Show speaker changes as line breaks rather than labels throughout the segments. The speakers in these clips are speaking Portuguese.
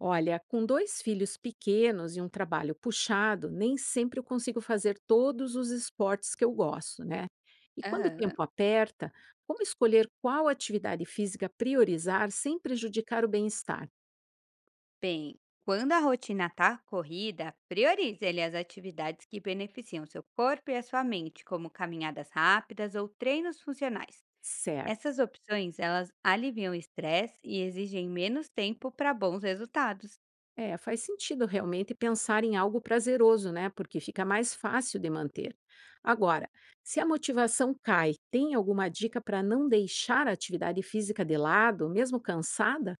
Olha, com dois filhos pequenos e um trabalho puxado, nem sempre eu consigo fazer todos os esportes que eu gosto, né? E quando o
Aham.
tempo aperta, como escolher qual atividade física priorizar sem prejudicar o bem-estar?
Bem, quando a rotina está corrida, priorize ali as atividades que beneficiam seu corpo e a sua mente, como caminhadas rápidas ou treinos funcionais.
Certo.
Essas opções, elas aliviam o estresse e exigem menos tempo para bons resultados.
É, faz sentido realmente pensar em algo prazeroso, né? Porque fica mais fácil de manter. Agora, se a motivação cai, tem alguma dica para não deixar a atividade física de lado, mesmo cansada?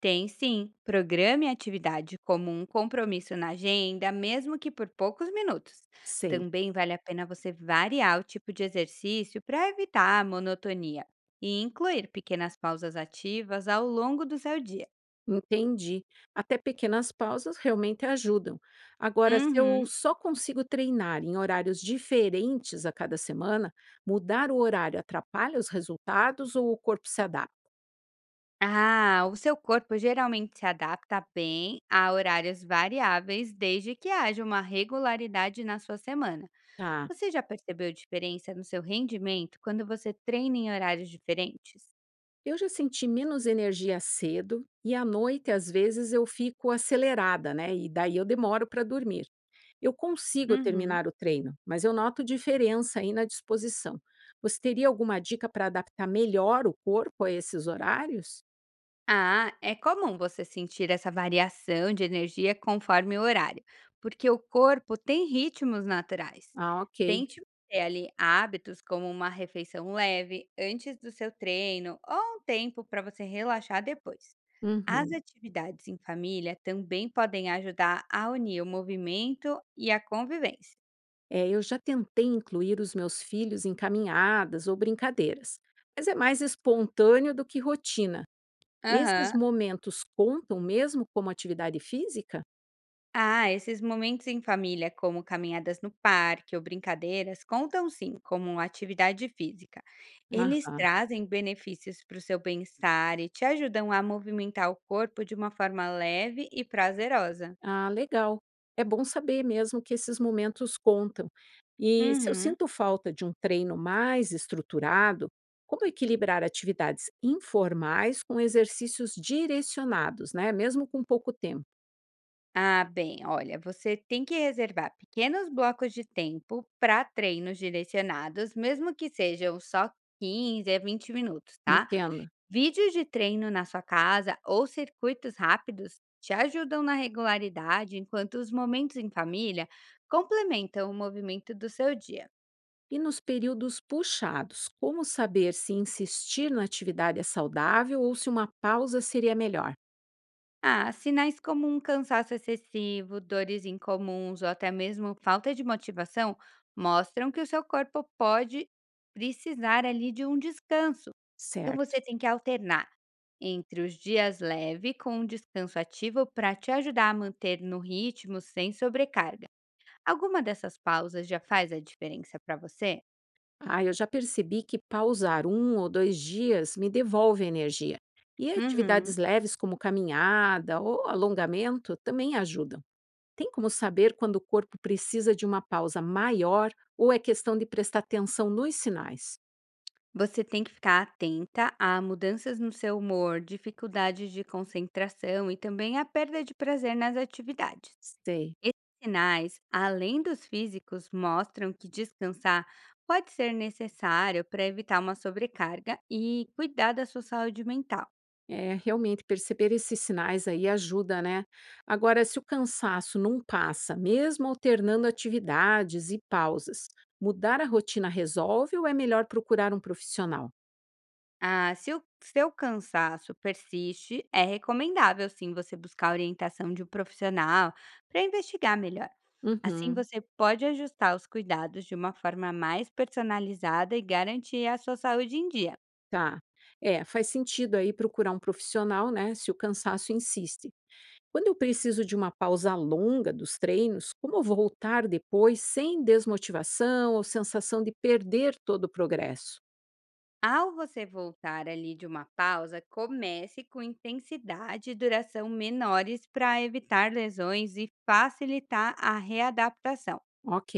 Tem sim. Programe a atividade como um compromisso na agenda, mesmo que por poucos minutos.
Sei.
Também vale a pena você variar o tipo de exercício para evitar a monotonia e incluir pequenas pausas ativas ao longo do seu dia.
Entendi. Até pequenas pausas realmente ajudam. Agora, se eu
Uhum.
só consigo treinar em horários diferentes a cada semana, mudar o horário atrapalha os resultados ou o corpo se adapta?
Ah, o seu corpo geralmente se adapta bem a horários variáveis desde que haja uma regularidade na sua semana.
Tá.
Você já percebeu diferença no seu rendimento quando você treina em horários diferentes?
Eu já senti menos energia cedo e à noite, às vezes, eu fico acelerada, né? E daí eu demoro para dormir. Eu consigo
Uhum.
terminar o treino, mas eu noto diferença aí na disposição. Você teria alguma dica para adaptar melhor o corpo a esses horários?
Ah, é comum você sentir essa variação de energia conforme o horário, porque o corpo tem ritmos naturais.
Ah, ok.
Tente manter ali hábitos como uma refeição leve antes do seu treino ou um tempo para você relaxar depois. As
Uhum.
atividades em família também podem ajudar a unir o movimento e a convivência.
É, eu já tentei incluir os meus filhos em caminhadas ou brincadeiras, mas é mais espontâneo do que rotina. Esses
Aham.
momentos contam mesmo como atividade física?
Ah, esses momentos em família, como caminhadas no parque ou brincadeiras, contam sim como atividade física. Eles
Aham.
trazem benefícios para o seu bem-estar e te ajudam a movimentar o corpo de uma forma leve e prazerosa.
Ah, legal. É bom saber mesmo que esses momentos contam. E se eu
Uhum.
sinto falta de um treino mais estruturado, como equilibrar atividades informais com exercícios direcionados, né? Mesmo com pouco tempo.
Ah, bem, olha, você tem que reservar pequenos blocos de tempo para treinos direcionados, mesmo que sejam só 15 a 20 minutos, tá?
Entenda.
Vídeos de treino na sua casa ou circuitos rápidos te ajudam na regularidade, enquanto os momentos em família complementam o movimento do seu dia.
E nos períodos puxados, como saber se insistir na atividade é saudável ou se uma pausa seria melhor?
Ah, sinais como um cansaço excessivo, dores incomuns ou até mesmo falta de motivação mostram que o seu corpo pode precisar ali de um descanso. Então
Certo.
você tem que alternar entre os dias leve com um descanso ativo para te ajudar a manter no ritmo sem sobrecarga. Alguma dessas pausas já faz a diferença para você?
Ah, eu já percebi que pausar um ou dois dias me devolve energia. E
Uhum.
atividades leves como caminhada ou alongamento também ajudam. Tem como saber quando o corpo precisa de uma pausa maior ou é questão de prestar atenção nos sinais?
Você tem que ficar atenta a mudanças no seu humor, dificuldades de concentração e também a perda de prazer nas atividades.
Sei.
Esses sinais, além dos físicos, mostram que descansar pode ser necessário para evitar uma sobrecarga e cuidar da sua saúde mental.
É, realmente perceber esses sinais aí ajuda, né? Agora, se o cansaço não passa, mesmo alternando atividades e pausas, mudar a rotina resolve ou é melhor procurar um profissional?
Ah, se o seu cansaço persiste, é recomendável sim você buscar a orientação de um profissional para investigar melhor. Assim
Uhum,
você pode ajustar os cuidados de uma forma mais personalizada e garantir a sua saúde em dia.
tá. É, faz sentido aí procurar um profissional, né? Se o cansaço insiste. Quando eu preciso de uma pausa longa dos treinos, como voltar depois sem desmotivação ou sensação de perder todo o progresso?
Ao você voltar ali de uma pausa, comece com intensidade e duração menores para evitar lesões e facilitar a readaptação.
Ok.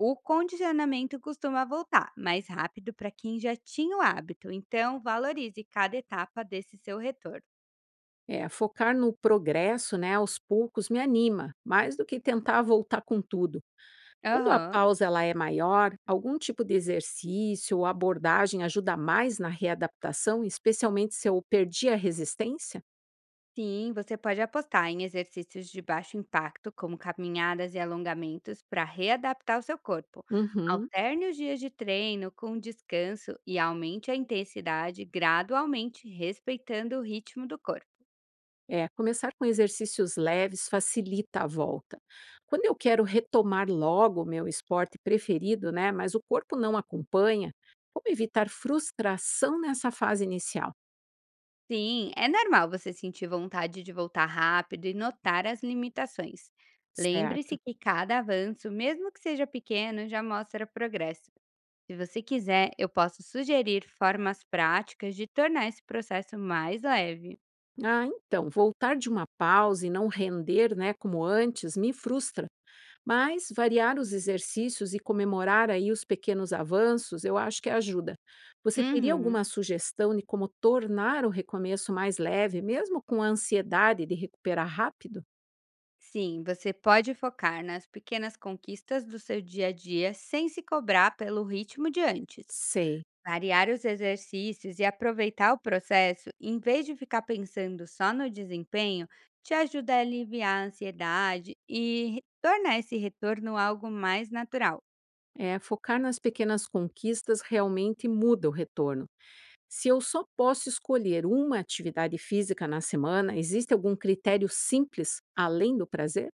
O condicionamento costuma voltar mais rápido para quem já tinha o hábito, então valorize cada etapa desse seu retorno.
É, focar no progresso, né, aos poucos me anima, mais do que tentar voltar com tudo. Quando a
Aham.
pausa ela é maior, algum tipo de exercício ou abordagem ajuda mais na readaptação, especialmente se eu perdi a resistência?
Sim, você pode apostar em exercícios de baixo impacto, como caminhadas e alongamentos, para readaptar o seu corpo.
Uhum.
Alterne os dias de treino com descanso e aumente a intensidade gradualmente, respeitando o ritmo do corpo.
É, começar com exercícios leves facilita a volta. Quando eu quero retomar logo o meu esporte preferido, né, mas o corpo não acompanha, como evitar frustração nessa fase inicial?
Sim, é normal você sentir vontade de voltar rápido e notar as limitações. Lembre-se
Certo.
que cada avanço, mesmo que seja pequeno, já mostra progresso. Se você quiser, eu posso sugerir formas práticas de tornar esse processo mais leve.
Ah, então, voltar de uma pausa e não render, né, como antes, me frustra. Mas variar os exercícios e comemorar aí os pequenos avanços, eu acho que ajuda. Você teria
Uhum.
alguma sugestão de como tornar o recomeço mais leve, mesmo com a ansiedade de recuperar rápido?
Sim, você pode focar nas pequenas conquistas do seu dia a dia sem se cobrar pelo ritmo de antes.
Sei.
Variar os exercícios e aproveitar o processo, em vez de ficar pensando só no desempenho, te ajuda a aliviar a ansiedade e tornar esse retorno algo mais natural.
É, focar nas pequenas conquistas realmente muda o retorno. Se eu só posso escolher uma atividade física na semana, existe algum critério simples além do prazer?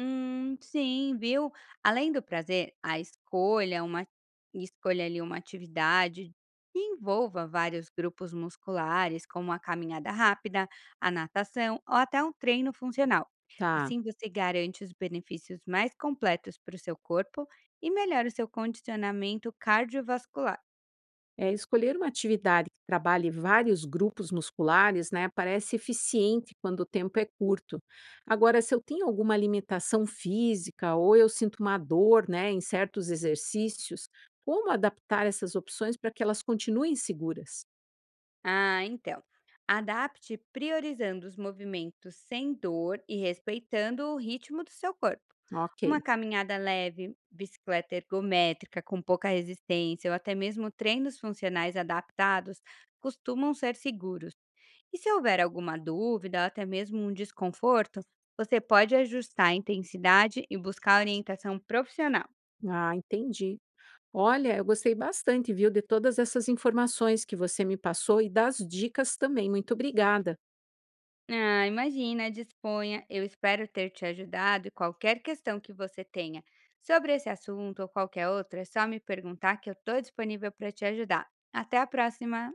Sim, viu? Além do prazer, a escolha ali uma atividade que envolva vários grupos musculares, como a caminhada rápida, a natação ou até um treino funcional.
Tá.
Assim você garante os benefícios mais completos para o seu corpo e melhora o seu condicionamento cardiovascular.
É, escolher uma atividade que trabalhe vários grupos musculares, né, parece eficiente quando o tempo é curto. Agora, se eu tenho alguma limitação física ou eu sinto uma dor, né, em certos exercícios, como adaptar essas opções para que elas continuem seguras?
Ah, então. Adapte priorizando os movimentos sem dor e respeitando o ritmo do seu corpo. Uma
Ok.
caminhada leve, bicicleta ergométrica com pouca resistência ou até mesmo treinos funcionais adaptados costumam ser seguros. E se houver alguma dúvida ou até mesmo um desconforto, você pode ajustar a intensidade e buscar orientação profissional.
Ah, entendi. Olha, eu gostei bastante, viu, de todas essas informações que você me passou e das dicas também. Muito obrigada.
Ah, imagina, disponha. Eu espero ter te ajudado e qualquer questão que você tenha sobre esse assunto ou qualquer outra, é só me perguntar que eu estou disponível para te ajudar. Até a próxima!